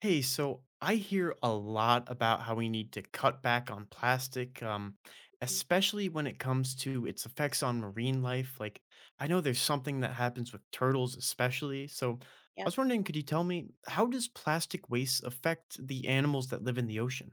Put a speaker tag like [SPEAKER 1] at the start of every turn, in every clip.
[SPEAKER 1] Hey, so I hear a lot about how we need to cut back on plastic,
[SPEAKER 2] Mhm.
[SPEAKER 1] especially when it comes to its effects on marine life. Like, I know there's something that happens with turtles, especially. So I
[SPEAKER 2] Yep.
[SPEAKER 1] was wondering, could you tell me, how does plastic waste affect the animals that live in the ocean?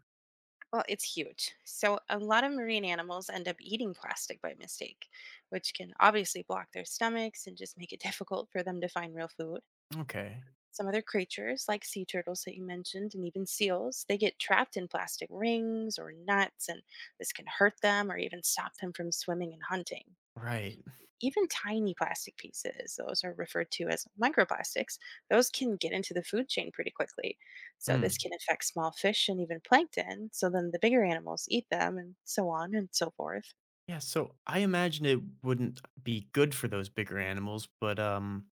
[SPEAKER 2] Well, it's huge. So, a lot of marine animals end up eating plastic by mistake, which can obviously block their stomachs and just make it difficult for them to find real food.
[SPEAKER 1] Okay,
[SPEAKER 2] Some other creatures, like sea turtles that you mentioned, and even seals, they get trapped in plastic rings or nuts, and this can hurt them or even stop them from swimming and hunting.
[SPEAKER 1] right.
[SPEAKER 2] Even tiny plastic pieces, those are referred to as microplastics, those can get into the food chain pretty quickly. So,
[SPEAKER 1] Hmm.
[SPEAKER 2] this can affect small fish and even plankton. So, then the bigger animals eat them, and so on and so forth.
[SPEAKER 1] Yeah, so I imagine it wouldn't be good for those bigger animals, but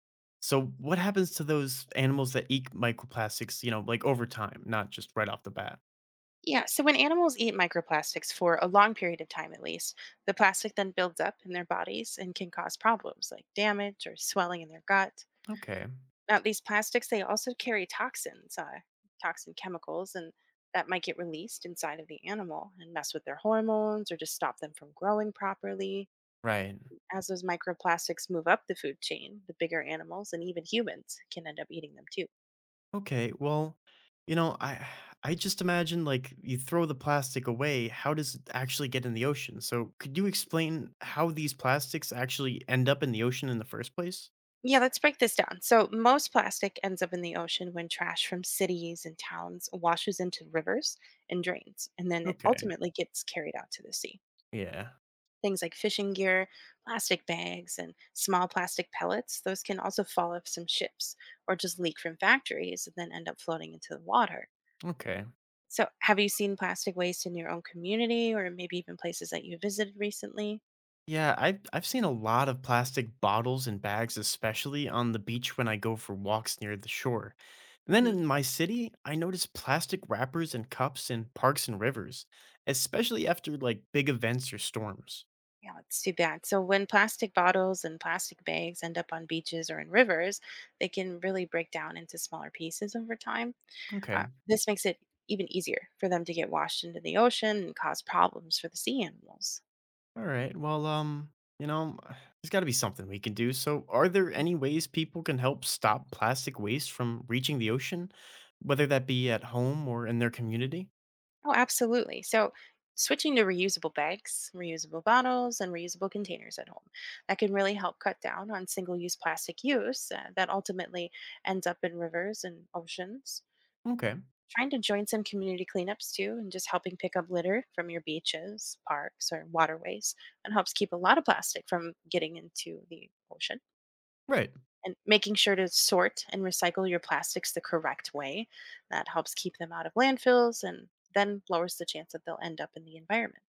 [SPEAKER 1] so what happens to those animals that eat microplastics, you know, like over time, not just right off the bat?
[SPEAKER 2] Yeah, so when animals eat microplastics for a long period of time at least, the plastic then builds up in their bodies and can cause problems like damage or swelling in their gut.
[SPEAKER 1] Okay.
[SPEAKER 2] Now, these plastics, they also carry toxins, toxin chemicals, and that might get released inside of the animal and mess with their hormones or just stop them from growing properly.
[SPEAKER 1] Right.
[SPEAKER 2] As those microplastics move up the food chain, the bigger animals and even humans can end up eating them too.
[SPEAKER 1] Okay. Well, you know, I just imagine, like, you throw the plastic away, how does it actually get in the ocean? So could you explain how these plastics actually end up in the ocean in the first place?
[SPEAKER 2] Yeah, let's break this down. So, most plastic ends up in the ocean when trash from cities and towns washes into rivers and drains, and then it
[SPEAKER 1] Okay.
[SPEAKER 2] ultimately gets carried out to the sea.
[SPEAKER 1] Yeah.
[SPEAKER 2] Things like fishing gear, plastic bags, and small plastic pellets, those can also fall off some ships or just leak from factories and then end up floating into the water.
[SPEAKER 1] Okay.
[SPEAKER 2] So, have you seen plastic waste in your own community or maybe even places that you visited recently?
[SPEAKER 1] Yeah, I've seen a lot of plastic bottles and bags, especially on the beach when I go for walks near the shore. And then
[SPEAKER 2] hmm
[SPEAKER 1] in my city, I notice plastic wrappers and cups in parks and rivers, especially after like big events or storms.
[SPEAKER 2] Yeah, it's too bad. So, when plastic bottles and plastic bags end up on beaches or in rivers, they can really break down into smaller pieces over time.
[SPEAKER 1] Okay.
[SPEAKER 2] This makes it even easier for them to get washed into the ocean and cause problems for the sea animals.
[SPEAKER 1] All right. Well, you know, there's got to be something we can do. So, are there any ways people can help stop plastic waste from reaching the ocean, whether that be at home or in their community?
[SPEAKER 2] Oh, absolutely. So, switching to reusable bags, reusable bottles, and reusable containers at home. That can really help cut down on single use plastic use that ultimately ends up in rivers and oceans.
[SPEAKER 1] Okay.
[SPEAKER 2] Trying to join some community cleanups too, and just helping pick up litter from your beaches, parks, or waterways, and helps keep a lot of plastic from getting into the ocean
[SPEAKER 1] Right.
[SPEAKER 2] and making sure to sort and recycle your plastics the correct way. That helps keep them out of landfills and then lowers the chance that they'll end up in the environment.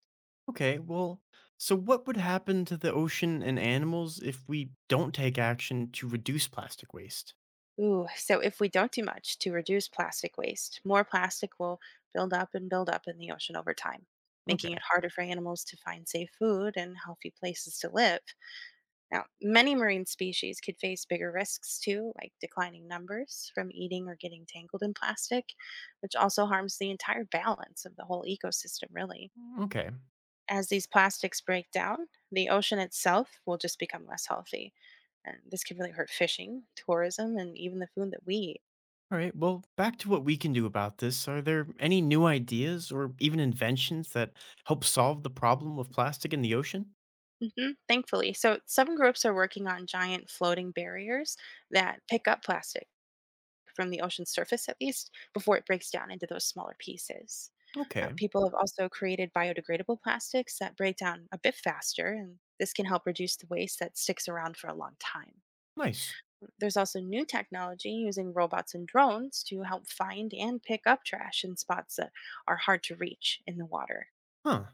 [SPEAKER 1] Okay, well, so what would happen to the ocean and animals if we don't take action to reduce plastic waste?
[SPEAKER 2] Ooh, so if we don't do much to reduce plastic waste, more plastic will build up and build up in the ocean over time,
[SPEAKER 1] Okay,
[SPEAKER 2] making it harder for animals to find safe food and healthy places to live. Now, many marine species could face bigger risks too, like declining numbers from eating or getting tangled in plastic, which also harms the entire balance of the whole ecosystem, really.
[SPEAKER 1] okay.
[SPEAKER 2] As these plastics break down, the ocean itself will just become less healthy. And this can really hurt fishing, tourism, and even the food that we eat.
[SPEAKER 1] All right, well, back to what we can do about this. Are there any new ideas or even inventions that help solve the problem of plastic in the ocean?
[SPEAKER 2] Thankfully. So, some groups are working on giant floating barriers that pick up plastic from the ocean's surface, at least, before it breaks down into those smaller pieces.
[SPEAKER 1] Okay,
[SPEAKER 2] People have also created biodegradable plastics that break down a bit faster, and this can help reduce the waste that sticks around for a long time.
[SPEAKER 1] nice.
[SPEAKER 2] There's also new technology using robots and drones to help find and pick up trash in spots that are hard to reach in the water.
[SPEAKER 1] Huh.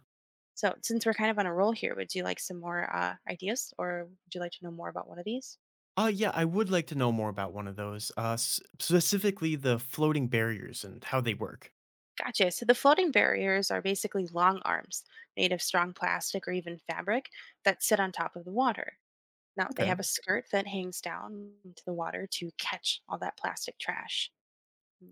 [SPEAKER 2] So, since we're kind of on a roll here, would you like some more ideas or would you like to know more about one of these?
[SPEAKER 1] Yeah, I would like to know more about one of those, specifically the floating barriers and how they work.
[SPEAKER 2] Gotcha. So, the floating barriers are basically long arms made of strong plastic or even fabric that sit on top of the water. Now, they
[SPEAKER 1] Okay,
[SPEAKER 2] have a skirt that hangs down into the water to catch all that plastic trash.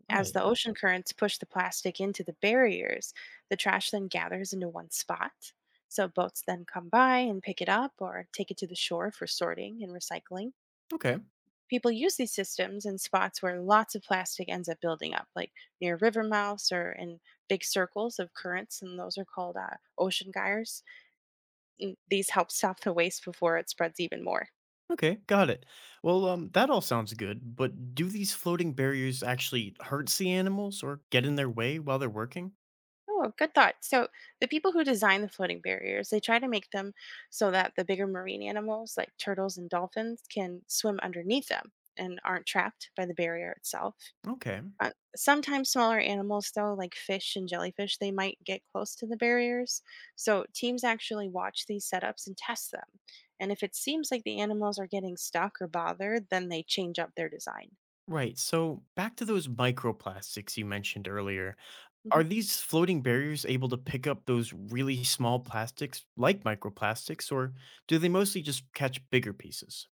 [SPEAKER 2] As
[SPEAKER 1] right.
[SPEAKER 2] the ocean currents push the plastic into the barriers, the trash then gathers into one spot. So boats then come by and pick it up or take it to the shore for sorting and recycling.
[SPEAKER 1] Okay.
[SPEAKER 2] People use these systems in spots where lots of plastic ends up building up, like near river mouths or in big circles of currents, and those are called ocean gyres. And these help stop the waste before it spreads even more.
[SPEAKER 1] Okay, got it. Well, that all sounds good, but do these floating barriers actually hurt sea animals or get in their way while they're working?
[SPEAKER 2] Oh, good thought. So the people who design the floating barriers, they try to make them so that the bigger marine animals like turtles and dolphins can swim underneath them and aren't trapped by the barrier itself.
[SPEAKER 1] Okay,
[SPEAKER 2] Sometimes smaller animals though, like fish and jellyfish, they might get close to the barriers, so teams actually watch these setups and test them, and if it seems like the animals are getting stuck or bothered, then they change up their design.
[SPEAKER 1] right. So back to those microplastics you mentioned earlier. Are these floating barriers able to pick up those really small plastics like microplastics, or do they mostly just catch bigger pieces?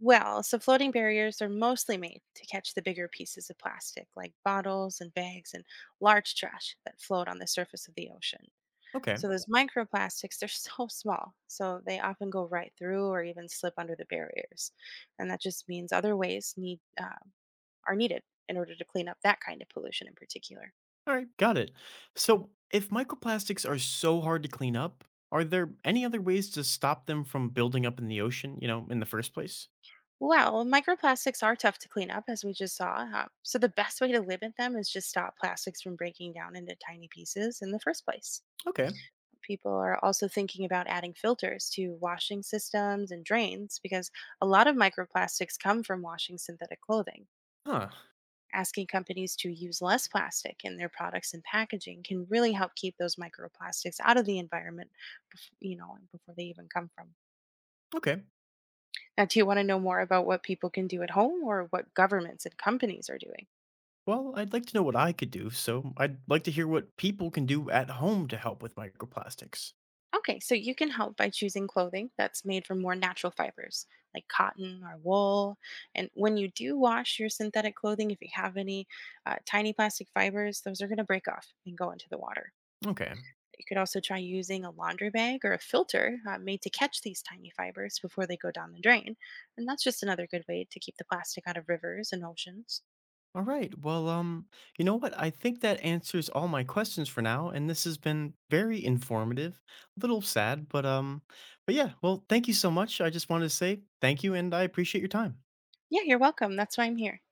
[SPEAKER 2] Well, so floating barriers are mostly made to catch the bigger pieces of plastic, like bottles and bags and large trash that float on the surface of the ocean.
[SPEAKER 1] Okay,
[SPEAKER 2] So those microplastics, they're so small, so they often go right through or even slip under the barriers, and that just means other ways need are needed in order to clean up that kind of pollution in particular.
[SPEAKER 1] all right, got it. So if microplastics are so hard to clean up, are there any other ways to stop them from building up in the ocean, you know, in the first place?
[SPEAKER 2] Well, microplastics are tough to clean up, as we just saw. So the best way to limit them is just stop plastics from breaking down into tiny pieces in the first place.
[SPEAKER 1] Okay.
[SPEAKER 2] People are also thinking about adding filters to washing systems and drains because a lot of microplastics come from washing synthetic clothing.
[SPEAKER 1] Huh.
[SPEAKER 2] Asking companies to use less plastic in their products and packaging can really help keep those microplastics out of the environment, before they even come from.
[SPEAKER 1] Okay.
[SPEAKER 2] Now, do you want to know more about what people can do at home or what governments and companies are doing?
[SPEAKER 1] Well, I'd like to know what I could do, so I'd like to hear what people can do at home to help with microplastics.
[SPEAKER 2] Okay, so you can help by choosing clothing that's made from more natural fibers like cotton or wool. And when you do wash your synthetic clothing, if you have any tiny plastic fibers, those are going to break off and go into the water.
[SPEAKER 1] Okay.
[SPEAKER 2] You could also try using a laundry bag or a filter made to catch these tiny fibers before they go down the drain. And that's just another good way to keep the plastic out of rivers and oceans.
[SPEAKER 1] All right. Well, you know what? I think that answers all my questions for now, and this has been very informative. A little sad, but yeah, well, thank you so much. I just wanted to say thank you and I appreciate your time.
[SPEAKER 2] Yeah, you're welcome. That's why I'm here.